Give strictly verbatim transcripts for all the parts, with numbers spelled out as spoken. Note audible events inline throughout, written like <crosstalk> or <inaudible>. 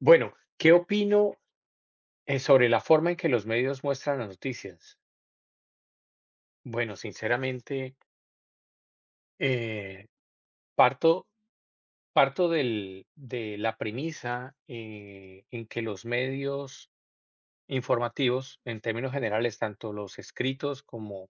Bueno, ¿qué opino eh, sobre la forma en que los medios muestran las noticias? Bueno, sinceramente, eh, parto, parto del- de la premisa eh, en que los medios informativos, en términos generales, tanto los escritos como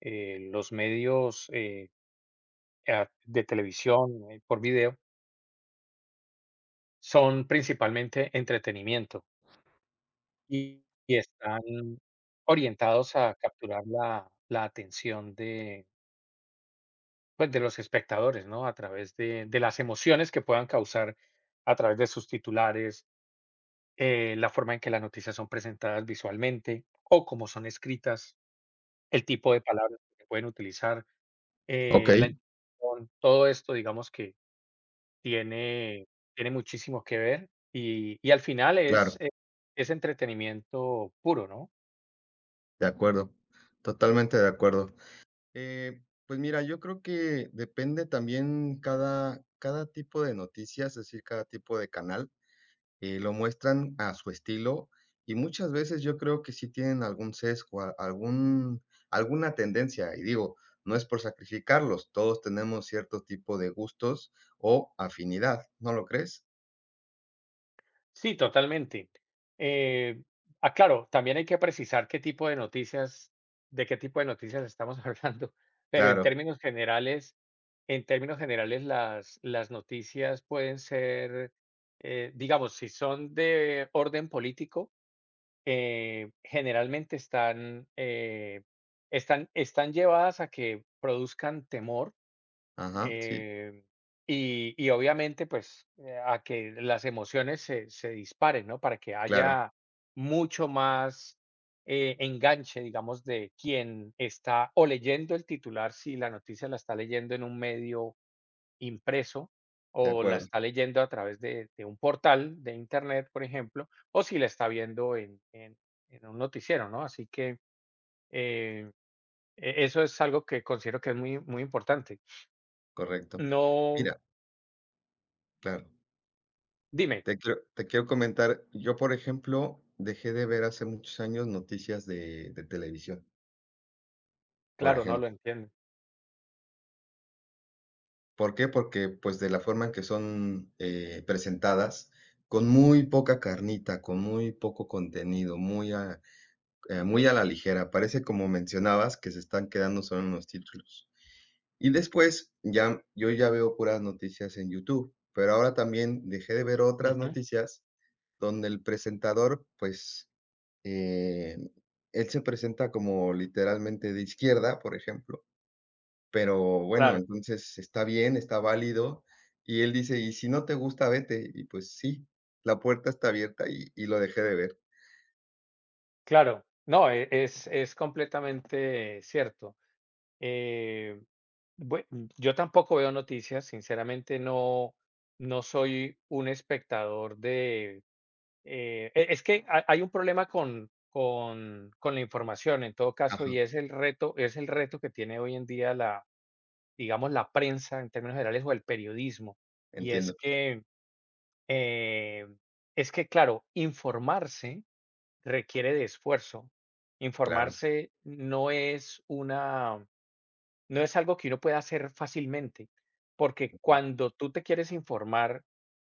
eh, los medios eh, a- de televisión eh, por video, son principalmente entretenimiento y, y están orientados a capturar la la atención de pues, de los espectadores, ¿no? A través de de las emociones que puedan causar a través de sus titulares, eh, la forma en que las noticias son presentadas visualmente, o cómo son escritas, el tipo de palabras que pueden utilizar, Ok, eh, la entonación, todo esto, digamos que tiene tiene muchísimo que ver, y y al final es, claro, eh, es entretenimiento puro, ¿no? de acuerdo, totalmente de acuerdo. Eh, pues mira, yo creo que depende también cada, cada tipo de noticias, es decir, cada tipo de canal, eh, lo muestran a su estilo y muchas veces yo creo que sí tienen algún sesgo, a- algún, alguna tendencia. Y digo, no es por sacrificarlos, todos tenemos cierto tipo de gustos o afinidad, ¿no lo crees? Sí, totalmente. Eh, ah, claro, también hay que precisar qué tipo de noticias, de qué tipo de noticias estamos <laughs> hablando, pero en Claro, términos generales, en términos generales, las, las noticias pueden ser, eh, digamos, si son de orden político, eh, generalmente están, eh, están, están llevadas a que produzcan temor ajá, sí, eh, y, y obviamente, pues, eh, a que las emociones se, se disparen, ¿no? Para que claro, haya mucho más eh, enganche, digamos, de quien está o leyendo el titular, si la noticia la está leyendo en un medio impreso de o la acuerdo, está leyendo a través de, de un portal de internet, por ejemplo, o si la está viendo en, en- en un noticiero, ¿no? Así que eh, e- eso es algo que considero que es muy, muy importante. correcto. No, Mira, claro. dime. Te quiero te quiero comentar, yo, por ejemplo, dejé de ver hace muchos años noticias de de televisión, por Claro, no lo ejemplo. entiendo. ¿Por qué? Porque, pues, de la forma en que son, eh, presentadas, con muy poca carnita, con muy poco contenido, muy a eh, muy a la ligera. Parece, como mencionabas, que se están quedando solo en los títulos. Y después, ya yo ya veo puras noticias en YouTube, pero ahora también dejé de ver otras Ujú. noticias donde el presentador, pues, Eh, él se presenta como literalmente de izquierda, por ejemplo, pero bueno, Claro, entonces está bien, está válido, y él dice: "Y si no te gusta, vete". Y pues sí, la puerta está abierta y y lo dejé de ver. claro. No, e es es completamente cierto. Eh, bue yo tampoco veo noticias, sinceramente no no soy un espectador de, eh, e es que ha hay un problema con con con la información en todo caso, Ajá, y es el reto es el reto que tiene hoy en día la, digamos, la prensa en términos generales o el periodismo, y es entiendo, que, eh, es que, claro, informarse requiere de esfuerzo. claro, Informarse no es una, no es algo que uno pueda hacer fácilmente, porque ujú, cuando tú te quieres informar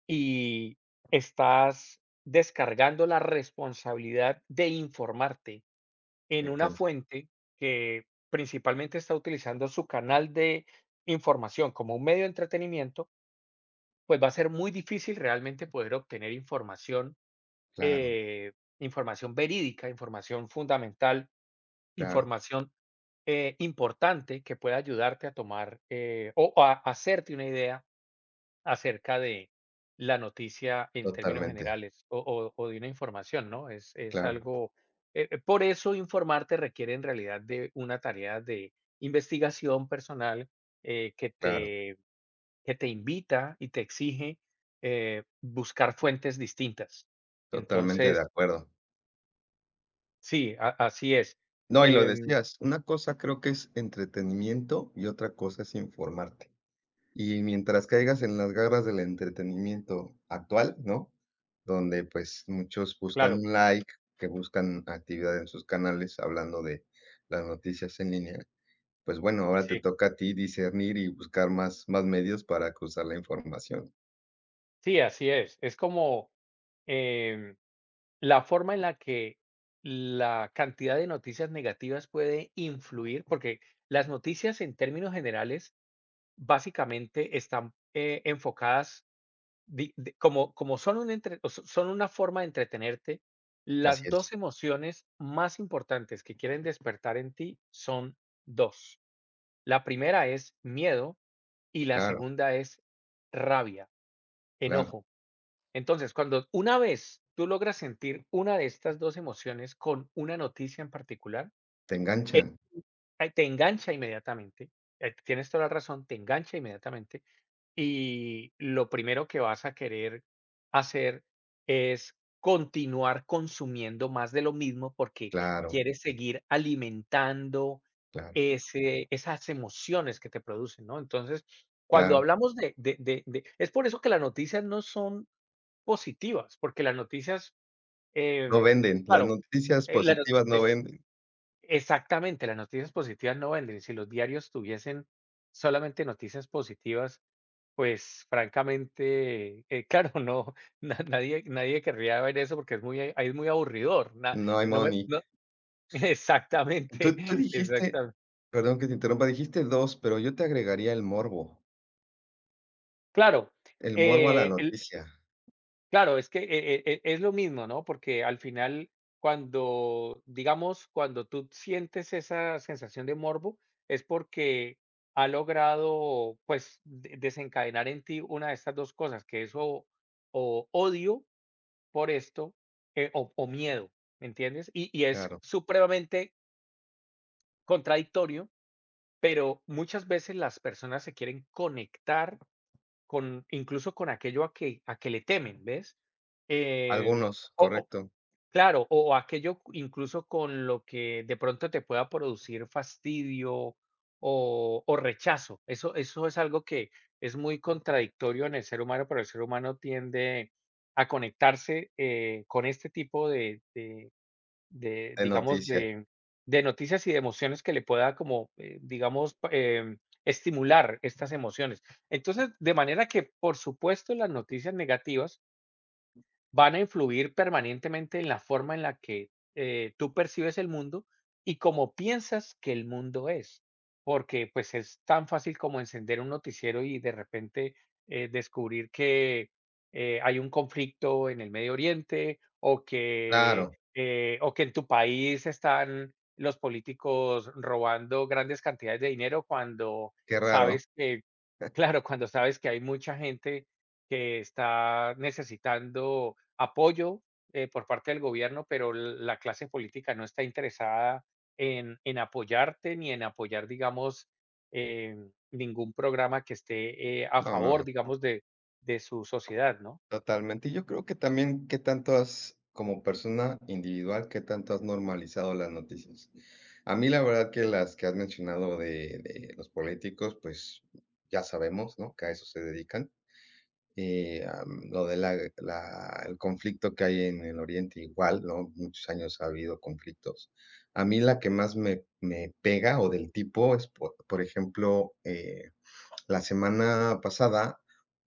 y estás descargando la responsabilidad de informarte en una entiendo, fuente que principalmente está utilizando su canal de información como un medio de entretenimiento, pues va a ser muy difícil realmente poder obtener información claro, eh, información verídica, información fundamental, claro, información eh, importante que pueda ayudarte a tomar eh, o a hacerte una idea acerca de la noticia en términos totalmente, generales o, o- o de una información, ¿no? Es, es claro, algo, eh, eh, por eso informarte requiere en realidad de una tarea de investigación personal eh, que, claro, te, que te invita y te exige eh, buscar fuentes distintas. totalmente Entonces, de acuerdo. sí, a así es. No, y lo Em, decías, una cosa creo que es entretenimiento y otra cosa es informarte. Y mientras caigas en las garras del entretenimiento actual, ¿no? Donde, pues, muchos buscan claro, un like, que buscan actividad en sus canales, hablando de las noticias en línea, pues bueno, ahora te sí, toca a ti discernir y buscar más más medios para cruzar la información. sí, así es. Es como, em, la forma en la que la cantidad de noticias negativas puede influir, porque las noticias en términos generales, básicamente están, eh, enfocadas di de como como son un entre o so son una forma de entretenerte, las Así es, dos emociones más importantes que quieren despertar en ti son dos. La primera es miedo y la claro, segunda es rabia, claro, enojo. Entonces, cuando una vez tú logras sentir una de estas dos emociones con una noticia en particular, te eh, enganchan, eh, te engancha inmediatamente. eh, Tienes toda la razón, te engancha inmediatamente y lo primero que vas a querer hacer es continuar consumiendo más de lo mismo porque claro, quieres seguir alimentando claro, ese, esas emociones que te producen, ¿no? Entonces, cuando claro. hablamos de, de, de, de- es por eso que las noticias no son positivas, porque las noticias, No em, venden, las claro, noticias eh, la not- positivas no es, venden, exactamente, las noticias positivas no venden. Si los diarios tuviesen solamente noticias positivas, pues, francamente, eh, claro, <laughs> no, na nadie nadie querría ver eso porque es muy eh, ahí es muy aburridor. Na no hay no me money. no <laughs> Tú exactamente, tú dijiste, exactamente. perdón que te interrumpa, dijiste dos, pero yo te agregaría el morbo. Claro, El morbo a la eh, el noticia, claro, es que e e e es lo mismo, ¿no? Porque al final, cuando, digamos, cuando tú sientes esa sensación de morbo, es porque ha logrado, pues, de desencadenar en ti una de estas dos cosas, que es o o odio por esto, eh, o, o miedo, ¿me entiendes? Y, y es claro. supremamente contradictorio, pero muchas veces las personas se quieren conectar con, incluso con aquello a que, a que le temen, ¿ves? Em, Algunos, o, correcto, Claro, o aquello incluso con lo que de pronto te pueda producir fastidio o, o rechazo. Eso, eso es algo que es muy contradictorio en el ser humano, pero el ser humano tiende a conectarse eh, con este tipo de, de- de, de digamos, noticia. de, de noticias y de emociones que le pueda como, eh, digamos, pa- em, estimular estas emociones. Entonces, de manera que, por supuesto, las noticias negativas van a influir permanentemente en la forma en la que eh, tú percibes el mundo y cómo piensas que el mundo es. Porque pues es tan fácil como encender un noticiero y de repente eh, descubrir que eh, hay un conflicto en el Medio Oriente o que, Claro, eh, o que en tu país están los políticos robando grandes cantidades de dinero cuando qué raro. sabes que, <laughs> claro, cuando sabes que hay mucha gente que está necesitando apoyo eh, por parte del gobierno, pero l- la clase política no está interesada en, en apoyarte ni en apoyar, digamos, eh, ningún programa que esté eh, a No, no, favor, no, digamos, de, de su sociedad, ¿no? totalmente. Y yo creo que también qué tanto has, como persona individual, qué tanto has normalizado las noticias. A mí la verdad que las que has mencionado de de los políticos, pues, ya sabemos, ¿no?, que a eso se dedican. Eh, am, lo de la la el conflicto que hay en el Oriente igual, ¿no? Muchos años ha habido conflictos. A mí la que más me me pega, o del tipo, es por por ejemplo, eh, la semana pasada,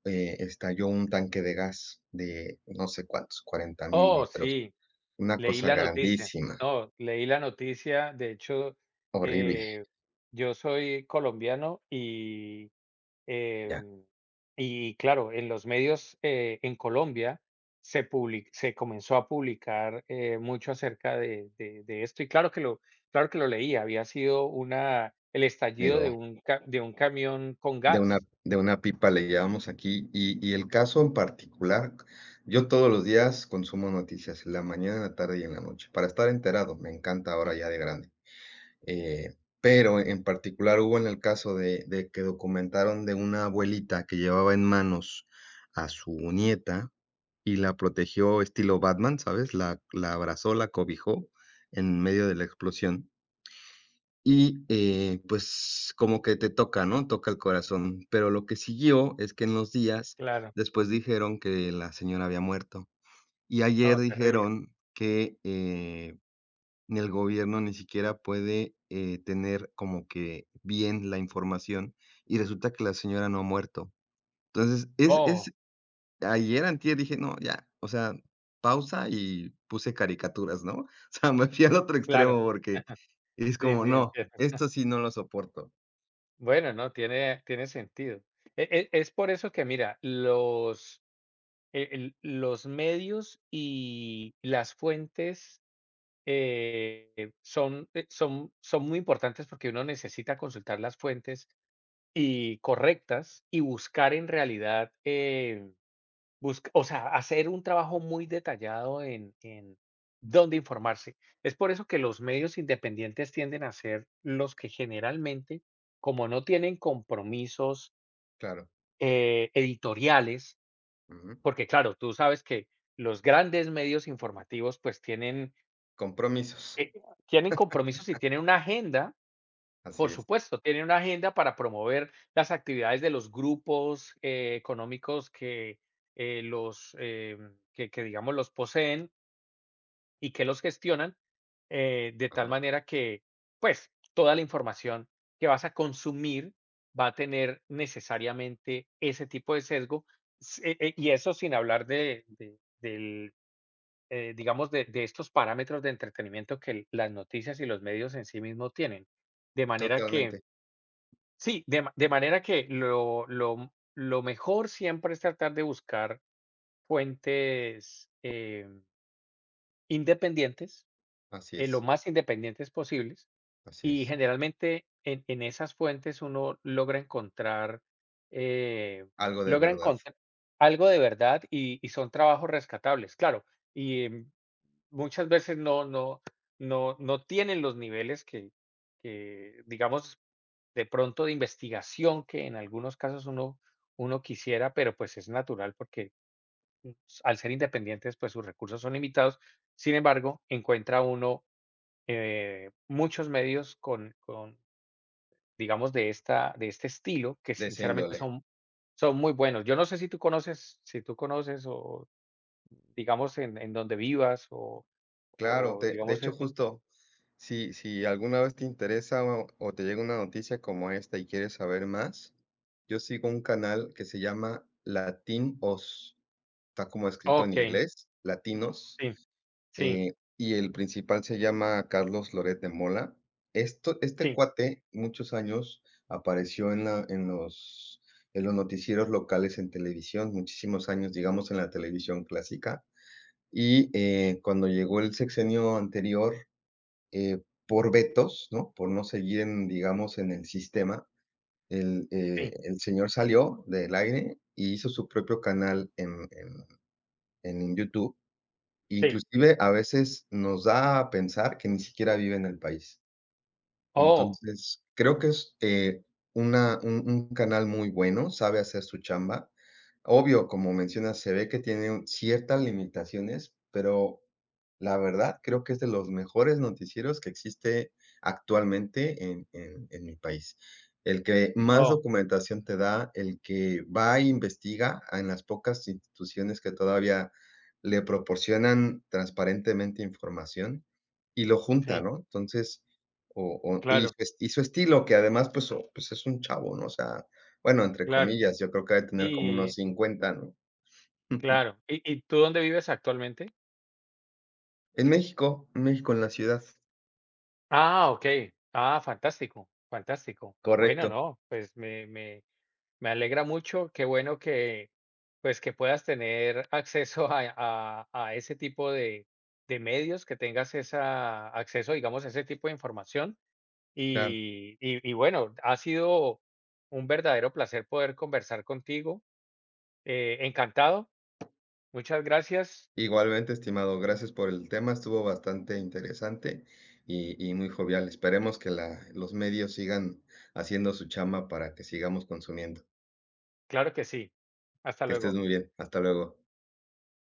eh, estalló un tanque de gas de no sé cuántos, cuarenta mil Oh, litros, sí, una leí cosa la noticia. grandísima, No, leí la noticia. De hecho, horrible, eh, yo soy colombiano y ya, Em, y claro, en los medios, eh, en Colombia se public se comenzó a publicar eh, mucho acerca de, de- de esto y claro que lo, claro que lo leí, había sido una, el estallido de digo. un, ca- de un camión con De una, gas. de una pipa le llamamos aquí. Y, y el caso en particular, yo todos los días consumo noticias, en la mañana, en la tarde y en la noche, para estar enterado. Me encanta ahora ya de grande. Eh, pero en particular hubo en el caso de, de que documentaron de una abuelita que llevaba en manos a su nieta y la protegió estilo Batman, ¿sabes? La, la abrazó, la cobijó en medio de la explosión. Y eh, pues como que te toca, ¿no? Toca el corazón. Pero lo que siguió es que en los días Claro, después dijeron que la señora había muerto. Y ayer no, terrible. dijeron que eh, ni el gobierno ni siquiera puede eh, tener como que bien la información y resulta que la señora no ha muerto. Entonces, es, Oh, es, ayer antier dije, no, ya, o sea, pausa y puse caricaturas, ¿no? <laughs> O sea, me fui al otro claro, extremo porque es sí, como, sí, no, entiendo. esto sí no lo soporto. Bueno, no, tiene, tiene sentido. E- e- Es por eso que, mira, los, el- el- los medios y las fuentes Eh, son, eh, son son muy importantes porque uno necesita consultar las fuentes y correctas y buscar en realidad, eh, busc o sea, hacer un trabajo muy detallado en en dónde informarse. Es por eso que los medios independientes tienden a ser los que generalmente, como no tienen compromisos, Claro, eh, editoriales, ujú. porque claro, tú sabes que los grandes medios informativos, pues, tienen, Compromisos, eh, tienen compromisos y tienen una agenda. así Por es, supuesto, tiene una agenda para promover las actividades de los grupos eh, económicos que eh, los em, que, que, digamos los poseen y que los gestionan eh, de tal ajá, manera que pues toda la información que vas a consumir va a tener necesariamente ese tipo de sesgo s- e- e- y eso sin hablar de, de- del, eh, digamos de, de estos parámetros de entretenimiento que las noticias y los medios en sí mismos tienen. De manera que totalmente, sí, de ma de manera que lo lo lo mejor siempre es tratar de buscar fuentes, em, independientes, así eh, lo es, más independientes posibles, así y es. generalmente en en esas fuentes uno logra encontrar, eh, Algo de logra verdad, encontrar algo de verdad y y son trabajos rescatables, claro, y, em, muchas veces no no no no tienen los niveles que que digamos de pronto de investigación que en algunos casos uno uno quisiera, pero pues es natural porque s al ser independientes, pues sus recursos son limitados. Sin embargo, encuentra uno, eh, muchos medios con con, digamos, de esta de este estilo que de esa sinceramente índole. son son muy buenos. Yo no sé si tú conoces si tú conoces o, digamos, en en donde vivas o Claro, o de de digamos, hecho, eh eh justo, si si alguna vez te interesa o o te llega una noticia como esta y quieres saber más, yo sigo un canal que se llama Latin Oz, está como escrito en okey, inglés, Latinos. sí, sí, Eh, y el principal se llama Carlos Loret de Mola. Esto Este sí, cuate, muchos años, apareció en la en los en los noticieros locales en televisión, muchísimos años, digamos, en la televisión clásica. Y, eh, cuando llegó el sexenio anterior, eh, por vetos, ¿no? Por no seguir en, digamos, en el sistema, el, eh, sí, el señor salió del aire y hizo su propio canal en en en YouTube. sí. Inclusive, a veces nos da a pensar que ni siquiera vive en el país. Oh, Entonces, creo que es, eh, una un un canal muy bueno, sabe hacer su chamba. Obvio, como mencionas, se ve que tiene un ciertas limitaciones, pero la verdad creo que es de los mejores noticieros que existe actualmente en en en mi país. El que más oh, documentación te da, el que va e investiga en las pocas instituciones que todavía le proporcionan transparentemente información y lo sí, junta, ¿no? Entonces, o o y claro, su es y su estilo, que además, pues o pues es un chavo, ¿no? O sea, bueno, entre claro. comillas, yo creo que debe tener como unos Y cincuenta, ¿no? <laughs> claro, ¿y y tú dónde vives actualmente? En México, en México, en la ciudad. Ah, okey. Ah, fantástico, fantástico. Bueno, Correcto, no, pues me me me alegra mucho, qué bueno que, pues, que puedas tener acceso a a a ese tipo de de medios, que tengas esa acceso, digamos, a ese tipo de información. claro. Y y y bueno, ha sido un verdadero placer poder conversar contigo. Eh, encantado, muchas gracias. Igualmente, estimado, gracias por el tema, estuvo bastante interesante y y muy jovial. Esperemos que la los medios sigan haciendo su chamba para que sigamos consumiendo. Claro que sí. Hasta Que estés luego. muy bien, hasta luego.